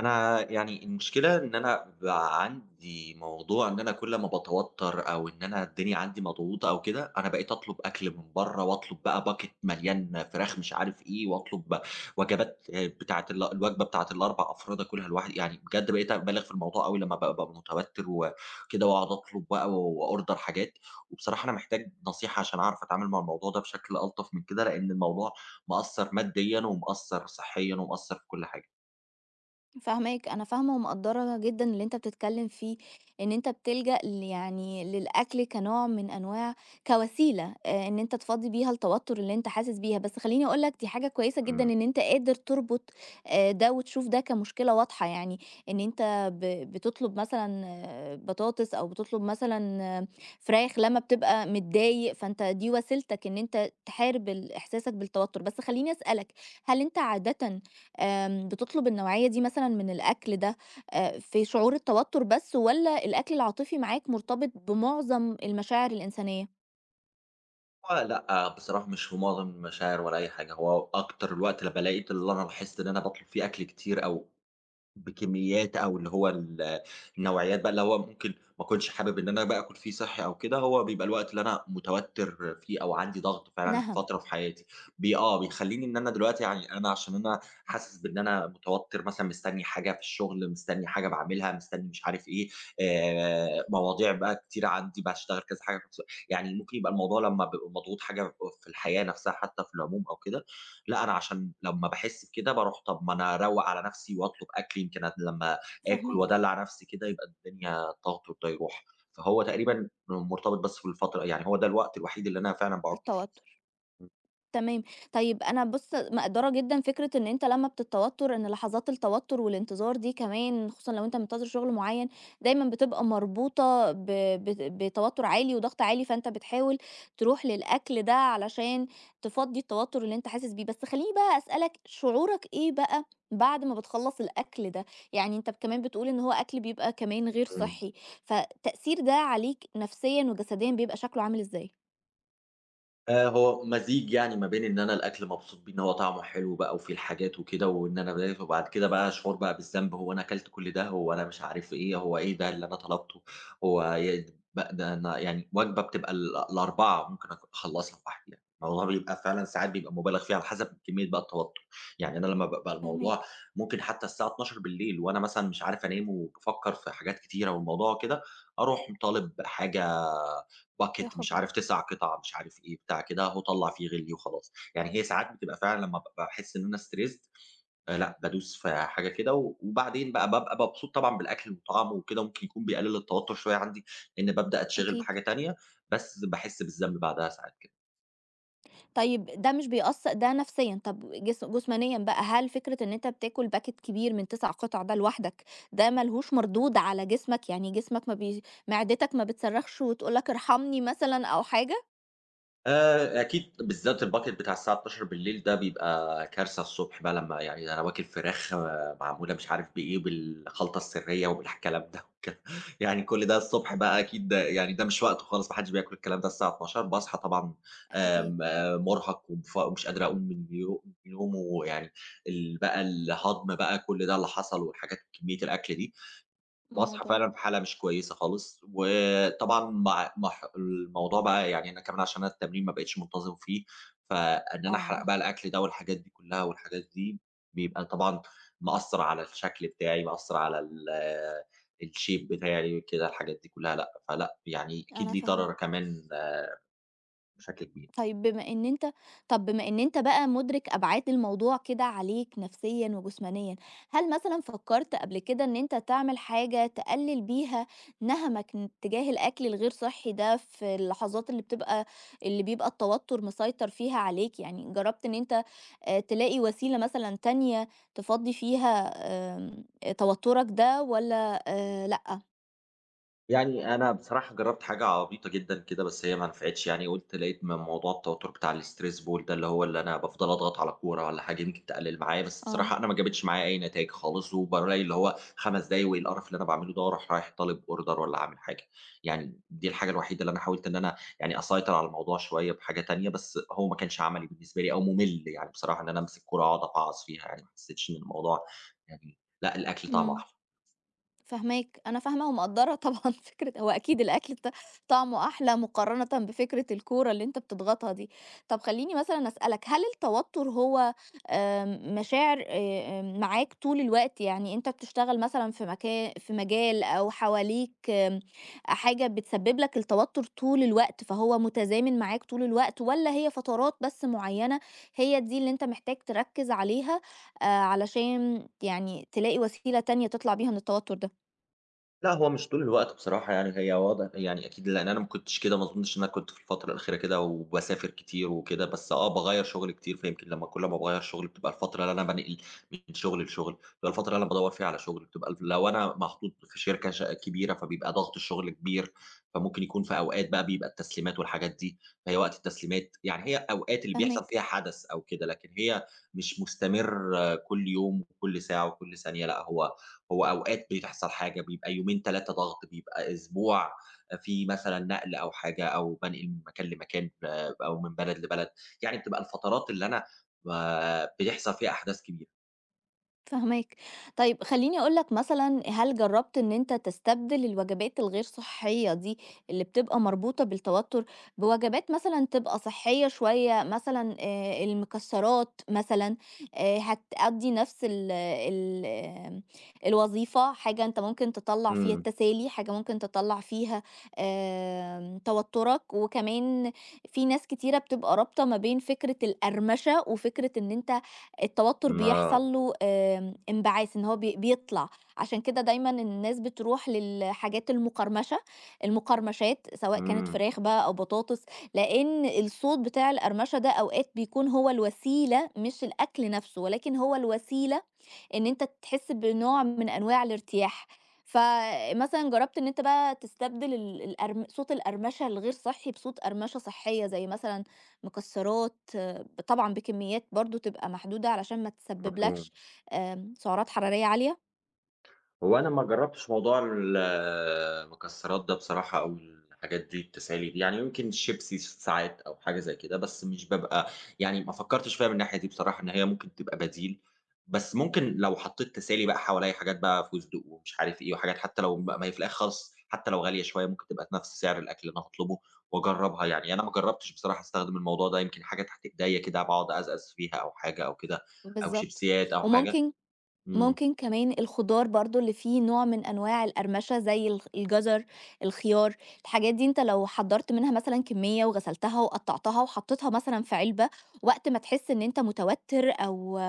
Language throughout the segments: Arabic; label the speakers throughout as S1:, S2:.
S1: أنا يعني المشكلة إن أنا بقى عندي موضوع إن أنا كل ما باتوتّر أو إن أنا الدنيا عندي مضغوطة أو كده، أنا بقيت أطلب أكل من برّه وأطلب بقى bucket مليان فراخ مش عارف إيه وأطلب وجبات بتاعة الوجبة بتاعة ال4 أفراد آكلها لوحدي، يعني بجد بقيت أبالغ في الموضوع أوي لمّا بابقى متوتّر وكده وأقعد أطلب بقى وأorder حاجات، وبصراحة أنا محتاج نصيحة عشان أعرف أتعامل مع الموضوع ده بشكل ألطف من كده، لإن الموضوع مأثّر ماديًا ومأثّر صحيًا ومأثّر في كل حاجة.
S2: فاهماك، أنا فاهمة ومقدّرة جدًا اللي أنت بتتكلّم فيه، إن أنت بتلجأ يعني للأكل كنوع من أنواع كوسيلة إن أنت تفضّي بيها التوتُّر اللي أنت حاسس بيها، بس خلّيني أقول لك دي حاجة كويسة جدًا
S1: إمم.
S2: إن أنت قادر تربط ده وتشوف ده كمشكلة واضحة يعني، إن أنت بتطلب مثلًا بطاطس أو بتطلب مثلًا فراخ لمّا بتبقى متضايق، فأنت دي وسيلتك إن أنت تحارب إحساسك بالتوتُّر، بس خلّيني أسألك، هل أنت عادةً بتطلب النوعية دي مثلًا من الأكل ده في شعور التوتر بس والّا الأكل العاطفي معاك مرتبط بمعظم المشاعر الإنسانية؟
S1: هو لأ، آه، بصراحة مش في معظم المشاعر ولا أي حاجة، هو أكتر الوقت اللي بالاقي اللي أنا باحس إن أنا باطلب فيه أكل كتير أو بكميات أو اللي هو النوعيات بقى اللي هو ممكن ما أكونش حابب إن أنا بقى آكل فيه صحّي أو كده، هو بيبقى الوقت اللي أنا متوتر فيه أو عندي ضغط فعلًا
S2: نَهَم،
S1: فترة في حياتي، بي آه، بيخلّيني إن أنا دلوقتي يعني أنا عشان أنا حاسس بإن أنا متوتر مثلًا مستني حاجة في الشغل، مستني حاجة باعملها، مستني مش عارف إيه، مواضيع بقى كتيرة عندي، باشتغل كذا حاجة في نفس الوقت، يعني ممكن يبقى الموضوع لمّا بابقى مضغوط حاجة في الحياة نفسها حتى في العموم أو كده. لأ، أنا عشان لمّا باحس بكده باروح طَب ما أنا أروّق على نَفْسي وأطلب أكل يمكن لمّا آكل
S2: فاهماك،
S1: وأدلّع نَفْسي كده يبقى الدنيا الضغط ده يروح، فهو تقريبًا مرتبط بس في الفترة يعني هو ده الوقت الوحيد اللي أنا فعلًا باعُك فيه.
S2: التوتر.
S1: إمم.
S2: تمام. طيب أنا بُص، مقدّرة جدًا فكرة إن أنت لمّا بتتوتر إن لحظات التوتر والانتظار دي كمان خصوصًا لو أنت منتظر شغل معيّن، دايمًا بتبقى مربوطة ب بت بتوتر عالي وضغط عالي، فأنت بتحاول تروح للأكل ده علشان تفضّي التوتر اللي أنت حاسس بيه. بس خلّيني بقى أسألك شعورك إيه بقى بعد ما بتخلّص الأكل ده؟ يعني أنت كمان بتقول إن هو أكل بيبقى كمان غير
S1: إمم.
S2: صحّي، فالتأثير ده عليك نفسيًا وجسديًا بيبقى شكله عامل إزاي؟
S1: هو مزيج يعني ما بين إن أنا الأكل مبسوط بيه، إن هو طعمه حلو بقى وفيه الحاجات وكده، وإن أنا باكل وبعد كده بقى شعور بقى بالذنب، هو أنا أكلت كل ده، هو أنا مش عارف إيه، هو إيه ده اللي أنا طلبته، هو ي ب ده أنا يعني وجبة بتبقى ال4 ممكن أخلّصها لوحدي يعني، الموضوع بيبقى فعلًا ساعات بيبقى مُبالغ فيه على حسب كمية بقى التوتر، يعني أنا لمّا بابقى الموضوع
S2: فاهماك،
S1: ممكن حتى الساعة 00:00 وأنا مثلًا مش عارف أنام وبافكّر في حاجات كتيرة والموضوع كده، أروح طالب حاجة
S2: يا
S1: باكيت مش
S2: خبر!
S1: عارف 9 قطع مش عارف إيه، بتاع كده، أهو طلّع فيه غِلّي وخلاص. يعني هي ساعات بتبقى فعلًا لمّا بابقى باحس إن أنا stressed. لأ، بادوس في حاجة كده وبعدين بقى بابقى مبسوط طبعًا بالأكل وطعمه وكده، ممكن يكون بيقلل التوتر شوية عندي، لإن بابدأ أتشغِل
S2: أكيد.
S1: بحاجة تانية، بس باحس بالذنب بعدها ساعات كده.
S2: طيب ده مش بيأثر ده نفسيًا، طب جسمانيًا بقى هل فكرة إن أنت بتاكل باكيت كبير من 9 قطع ده لوحدك، ده ما لهوش مردود على جسمك؟ يعني جسمك ما بي معدتك ما بتصرخش وتقول لك ارحمني مثلًا أو حاجة؟
S1: أكيد بالذات الbucket بتاع الساعة 00:00 ده بيبقى كارثة الصبح بقى لمّا يعني أنا واكل فراخ آه، معمولة مش عارف بإيه، بالخلطة السرية وبالكلام ده والكلام يعني كل ده الصبح بقى أكيد يعني ده مش وقته خالص، ما حدش بياكل الكلام ده الساعة 00:00 باصحى طبعًا.
S2: أكيد
S1: آمم. مُرهق ومش قادر أقوم من من يومه، ويعني ال بقى الهضم بقى كل ده اللي حصل والحاجات كمية الأكل دي، باصحى
S2: الموضوع
S1: فعلًا في حالة مش كويسة خالص، وطبعًا مع الموضوع بقى يعني أنا كمان عشان أنا التمرين ما بقيتش منتظم فيه، فإن أنا أحرق
S2: آه،
S1: بقى الأكل ده والحاجات دي كلها والحاجات دي، بيبقى طبعًا مأثّر على الشكل بتاعي، مأثّر على الshape بتاعي كده الحاجات دي كلها لأ، فلأ يعني أكيد
S2: أنا
S1: ليه
S2: فاهمة.
S1: ضرر كمان بشكل كبير.
S2: طيب بما إن أنت بقى مُدرك أبعاد الموضوع كده عليك نفسيًا وجسمانيًا، هل مثلًا فكّرت قبل كده إن أنت تعمل حاجة تقلِّل بيها نَهَمك تجاه الأكل الغير صحّي ده في اللحظات اللي بيبقى التوتُّر مسيطر فيها عليك؟ يعني جرّبت إن أنت تلاقي وسيلة مثلًا تانية تفضّي فيها آمم توتُّرك ده والّا لأ؟
S1: يعني أنا بصراحة جرّبت حاجة عبيطة جدًا كده، بس هي ما نفعتش يعني، لقيت موضوع التوتر بتاع الstress ball ده، اللي هو اللي أنا بافضل أضغط على كورة والّا حاجة يمكن تقلل معايا، بس
S2: آه.
S1: بصراحة أنا ما جابتش معايا أي نتايج خالص، وبالاقي اللي هو 5 دقايق وإيه القرف اللي أنا باعمله ده، وأروح رايح طالب order والّا عامل حاجة. يعني دي الحاجة الوحيدة اللي أنا حاولت إن أنا يعني أسيطر على الموضوع شوية بحاجة تانية، بس هو ما كانش عملي بالنسبة لي أو مُمِل يعني بصراحة إن أنا أمسك كورة أقعد أفعّص فيها يعني، ما حسيتش إن الموضوع يعني لأ، الأكل طعمه
S2: إمم.
S1: أحلى.
S2: فاهماك، أنا فاهمة ومقدّرة طبعًا فكرة هو أكيد الأكل طعمه أحلى مقارنةً بفكرة الكورة اللي أنت بتضغطها دي. طب خلّيني مثلًا أسألك، هل التوتر هو مشاعر معاك طول الوقت؟ يعني أنت بتشتغل مثلًا في مجال أو حواليك حاجة بتسبب لك التوتر طول الوقت، فهو متزامن معاك طول الوقت والّا هي فترات بس معيّنة هي دي اللي أنت محتاج تركّز عليها علشان يعني تلاقي وسيلة تانية تطلع بيها من التوتر ده؟
S1: لأ، هو مش طول الوقت بصراحة يعني، هي واضح يعني أكيد لإن أنا ما كنتش كده، ما أظنش إن أنا كنت في الفترة الأخيرة كده وباسافر كتير وكده، بس آه، باغيّر شغل كتير، فيمكن لمّا كل ما باغيّر شغل بتبقى الفترة اللي أنا بانقل من شغل لشغل، بتبقى الفترة اللي أنا بادوّر فيها على شغل، بتبقى الف لو أنا محطوط في شركة كبيرة، فبيبقى ضغط الشغل كبير، فممكن يكون في أوقات بقى بيبقى التسليمات والحاجات دي، فهي وقت التسليمات، يعني هي أوقات اللي بيحصل
S2: فاهماك،
S1: فيها حدث أو كده، لكن هي مش مستمر آه، كل يوم وكل ساعة وكل ثانية، لأ، هو أوقات بتحصل حاجة، بيبقى يومين 3 ضغط، بيبقى أسبوع في مثلًا نقل أو حاجة، أو بانقل من مكان لمكان، أو من بلد لبلد، يعني بتبقى الفترات اللي أنا ب بيحصل فيها أحداث كبيرة.
S2: فاهماك. طيب خلّيني أقول لك مثلًا هل جرّبت إن أنت تستبدل الوجبات الغير صحّية دي اللي بتبقى مربوطة بالتوتر، بوجبات مثلًا تبقى صحّية شوية مثلًا المكسّرات مثلًا هتأدّي نَفْس ال ال آمم الوظيفة، حاجة أنت ممكن تطلّع فيها
S1: إمم.
S2: التسالي، حاجة ممكن تطلّع فيها توتُّرك، وكمان في ناس كتيرة بتبقى رابطة ما بين فكرة القرمشة وفكرة إن أنت التوتر بيحصل
S1: آه.
S2: له انبعاث إن هو بيطلع، عشان كده دايمًا الناس بتروح للحاجات المقرمشة، المقرمشات سواء كانت
S1: إمم.
S2: فراخ بقى أو بطاطس، لإن الصوت بتاع القرمشة ده أوقات بيكون هو الوسيلة مش الأكل نفسه، ولكن هو الوسيلة إن أنت تحس بنوع من أنواع الارتياح. فمثلًا جرّبت إن أنت بقى تستبدل ال القرم صوت القرمشة الغير صحّي بصوت قرمشة صحية، زي مثلًا مكسّرات طبعًا بكميات برضه تبقى محدودة علشان ما تسبّب لكش
S1: مفهوم.
S2: سعرات حرارية عالية.
S1: هو انا ما جربتش موضوع المكسرات ده بصراحه او الحاجات دي التسالي دي يعني يمكن شيبسي ساعات او حاجه زي كده بس مش ببقى يعني ما فكرتش فيها من الناحيه دي بصراحه ان هي ممكن تبقى بديل، بس ممكن لو حطيت تسالي بقى حواليا حاجات بقى فستق ومش عارف ايه وحاجات حتى لو ما هي في الاخر خالص حتى لو غاليه شويه ممكن تبقى في نفس سعر الاكل اللي انا هطلبه واجربها، يعني انا ما جربتش بصراحه استخدم الموضوع ده، يمكن حاجه تحت ايديا كده بقعد ازقز فيها او حاجه او كده، او
S2: بالضبط.
S1: شيبسيات او حاجه.
S2: وممكن
S1: امم.
S2: ممكن كمان الخضار برضو اللي فيه نوع من أنواع القرمشة زي الجزر الخيار، الحاجات دي انت لو حضرت منها مثلا كمية وغسلتها وقطعتها وحطيتها مثلا في علبة، وقت ما تحس ان انت متوتر او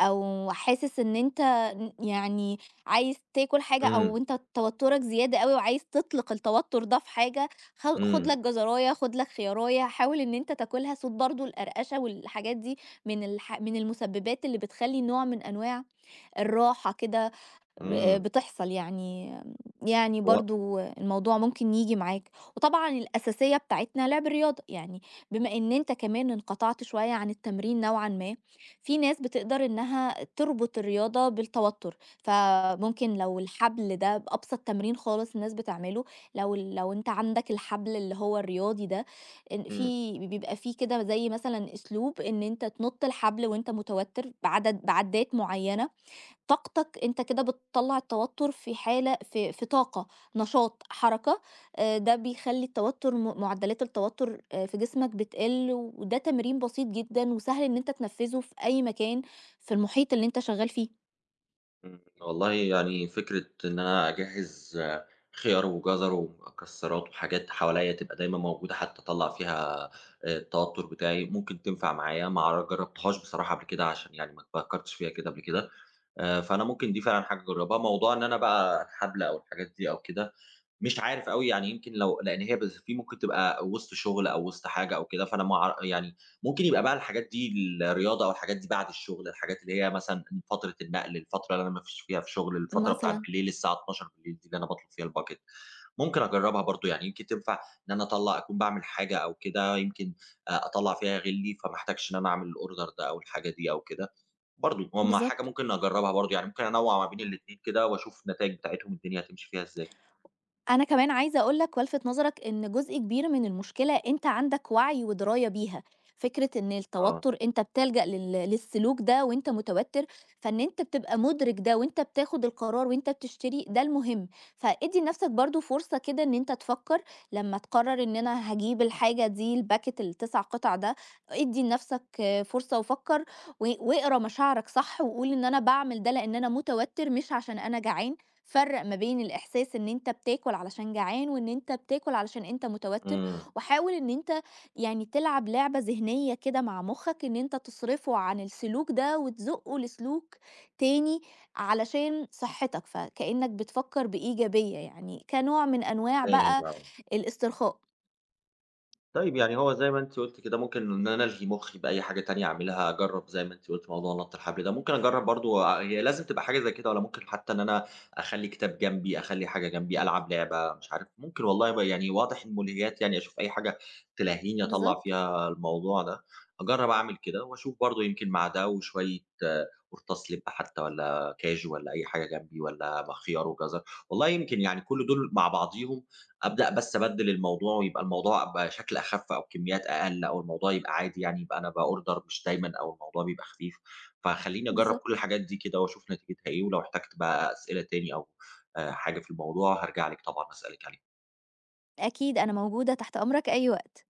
S2: حاسس ان انت يعني عايز تاكل حاجة او
S1: امم.
S2: انت توترك زيادة قوي وعايز تطلق التوتر ده في حاجة، خد
S1: إمم.
S2: لك جزراية خد لك خيارية، حاول ان انت تاكلها صوت برضو القرقشة والحاجات دي من المسببات اللي بتخلي نوع من أنواع الراحة كده ب آه،
S1: إمم.
S2: بتحصل يعني، يعني
S1: هو
S2: برضه الموضوع ممكن ييجي معاك، وطبعًا الأساسية بتاعتنا لعب الرياضة، يعني بما إن أنت كمان انقطعت شوية عن التمرين نوعًا ما، في ناس بتقدر إنها تربط الرياضة بالتوتر، فممكن لو الحبل ده بأبسط تمرين خالص الناس بتعمله، لو أنت عندك الحبل اللي هو الرياضي ده، إن
S1: إمم.
S2: بيبقى في كده زي مثلًا أسلوب إن أنت تنُط الحبل وأنت متوتر بعدّات معيّنة، طاقتك أنت كده بتطلّع التوتر في حالة في في طاقة، نشاط، حركة، ده بيخلّي التوتر معدلات التوتر في جسمك بتقِل، وده تمرين بسيط جدًا وسهل إن أنت تنفّذه في أي مكان في المحيط اللي أنت شغّال فيه
S1: إمم. والله يعني فكرة إن أنا أجهّز آه، خيار وجزر ومكسرات وحاجات حواليّا تبقى دايمًا موجودة حتى أطلّع فيها التوتر بتاعي، ممكن تنفع معايا ما أعر جربتهاش بصراحة قبل كده عشان يعني ما فكّرتش فيها كده قبل كده. فأنا ممكن دي فعلًا حاجة أجرّبها، موضوع إن أنا بقى الحبل أو الحاجات دي أو كده، مش عارف أوي يعني يمكن لإن هي بس في ممكن تبقى وسط شغل أو وسط حاجة أو كده، فأنا ما أع يعني ممكن يبقى بقى الحاجات دي الرياضة أو الحاجات دي بعد الشغل، الحاجات اللي هي مثلًا فترة النقل، الفترة اللي أنا ما فيش فيها في شغل، الفترة بتاعة
S2: مثلًا.
S1: بالليل الساعة 00:00 دي اللي أنا باطلب فيها الbucket ممكن أجرّبها برضه، يعني يمكن تنفع إن أنا أطلّع أكون باعمل حاجة أو كده، يمكن أطلّع فيها غِلّي، فما احتاجش إن أنا أعمل الorder ده أو الحاجة دي أو كده. برضه، هُم حاجة
S2: بالضبط.
S1: ممكن أجرّبها برضه، يعني ممكن أنوّع ما بين الاتنين كده وأشوف النتايج بتاعتهم الدنيا هتمشي فيها إزاي.
S2: أنا كمان عايزة أقول لك والفت نظرك إن جزء كبير من المشكلة أنت عندك وعي ودراية بيها، فكرة إن
S1: آه.
S2: التوتر أنت بتلجأ للسلوك ده وأنت متوتر، فإن أنت بتبقى مدرك ده وأنت بتاخد القرار وأنت بتشتري ده المهم، فادي لنفسك برضو فرصة كده إن أنت تفكر لما تقرر إن أنا هجيب الحاجة دي الباكت التسع قطع ده، ادي لنفسك فرصة وفكر واقرا مشاعرك صح وقول إن أنا بعمل ده لأن أنا متوتر مش عشان أنا جعان. فرّق ما بين الإحساس إن أنت بتاكل علشان جعان، وإن أنت بتاكل علشان أنت متوتر،
S1: إمم.
S2: وحاول إن أنت يعني تلعب لعبة ذهنية كده مع مخّك، إن أنت تصرفه عن السلوك ده وتزقه لسلوك تاني علشان صحتك، فكأنك بتفكر بإيجابية يعني، كنوع من أنواع
S1: فاهم،
S2: بقى
S1: آه.
S2: الاسترخاء.
S1: طيب، يعني هو زي ما أنتِ قُلتِ كده ممكن إن أنا ألهي مُخّي بأي حاجة تانية أعملها، أجرّب زي ما أنتِ قُلتِ موضوع نَطّ الحبل ده، ممكن أجرّب برضه، هي لازم تبقى حاجة زي كده والّا ممكن حتى إن أنا أخلّي كتاب جنبي، أخلّي حاجة جنبي، ألعب لعبة مش عارف، ممكن والله يعني واضح المُلهيات يعني أشوف أي حاجة تلهّيني أطلّع
S2: بالضبط،
S1: فيها الموضوع ده، أجرّب أعمل كده وأشوف برضه يمكن مع ده وشوية آه، قرطاس لِبّ حتى والّا كاجو والّا أي حاجة جنبي والّا خيار وجزر، والله يمكن يعني كل دول مع بعضيهم أبدأ بس أبدِّل الموضوع ويبقى الموضوع بشكل أخَف أو كميات أقل أو الموضوع يبقى عادي، يعني يبقى أنا باorder مش دايمًا أو الموضوع بيبقى خفيف، فخلّيني أجرّب كل
S2: بالضبط.
S1: الحاجات دي كده وأشوف نتيجتها إيه، ولو احتجت بقى أسئلة تاني أو حاجة في الموضوع هارجع لِك طبعًا أسألِك عليها.
S2: أكيد أنا موجودة تحت أمرك أي وقت.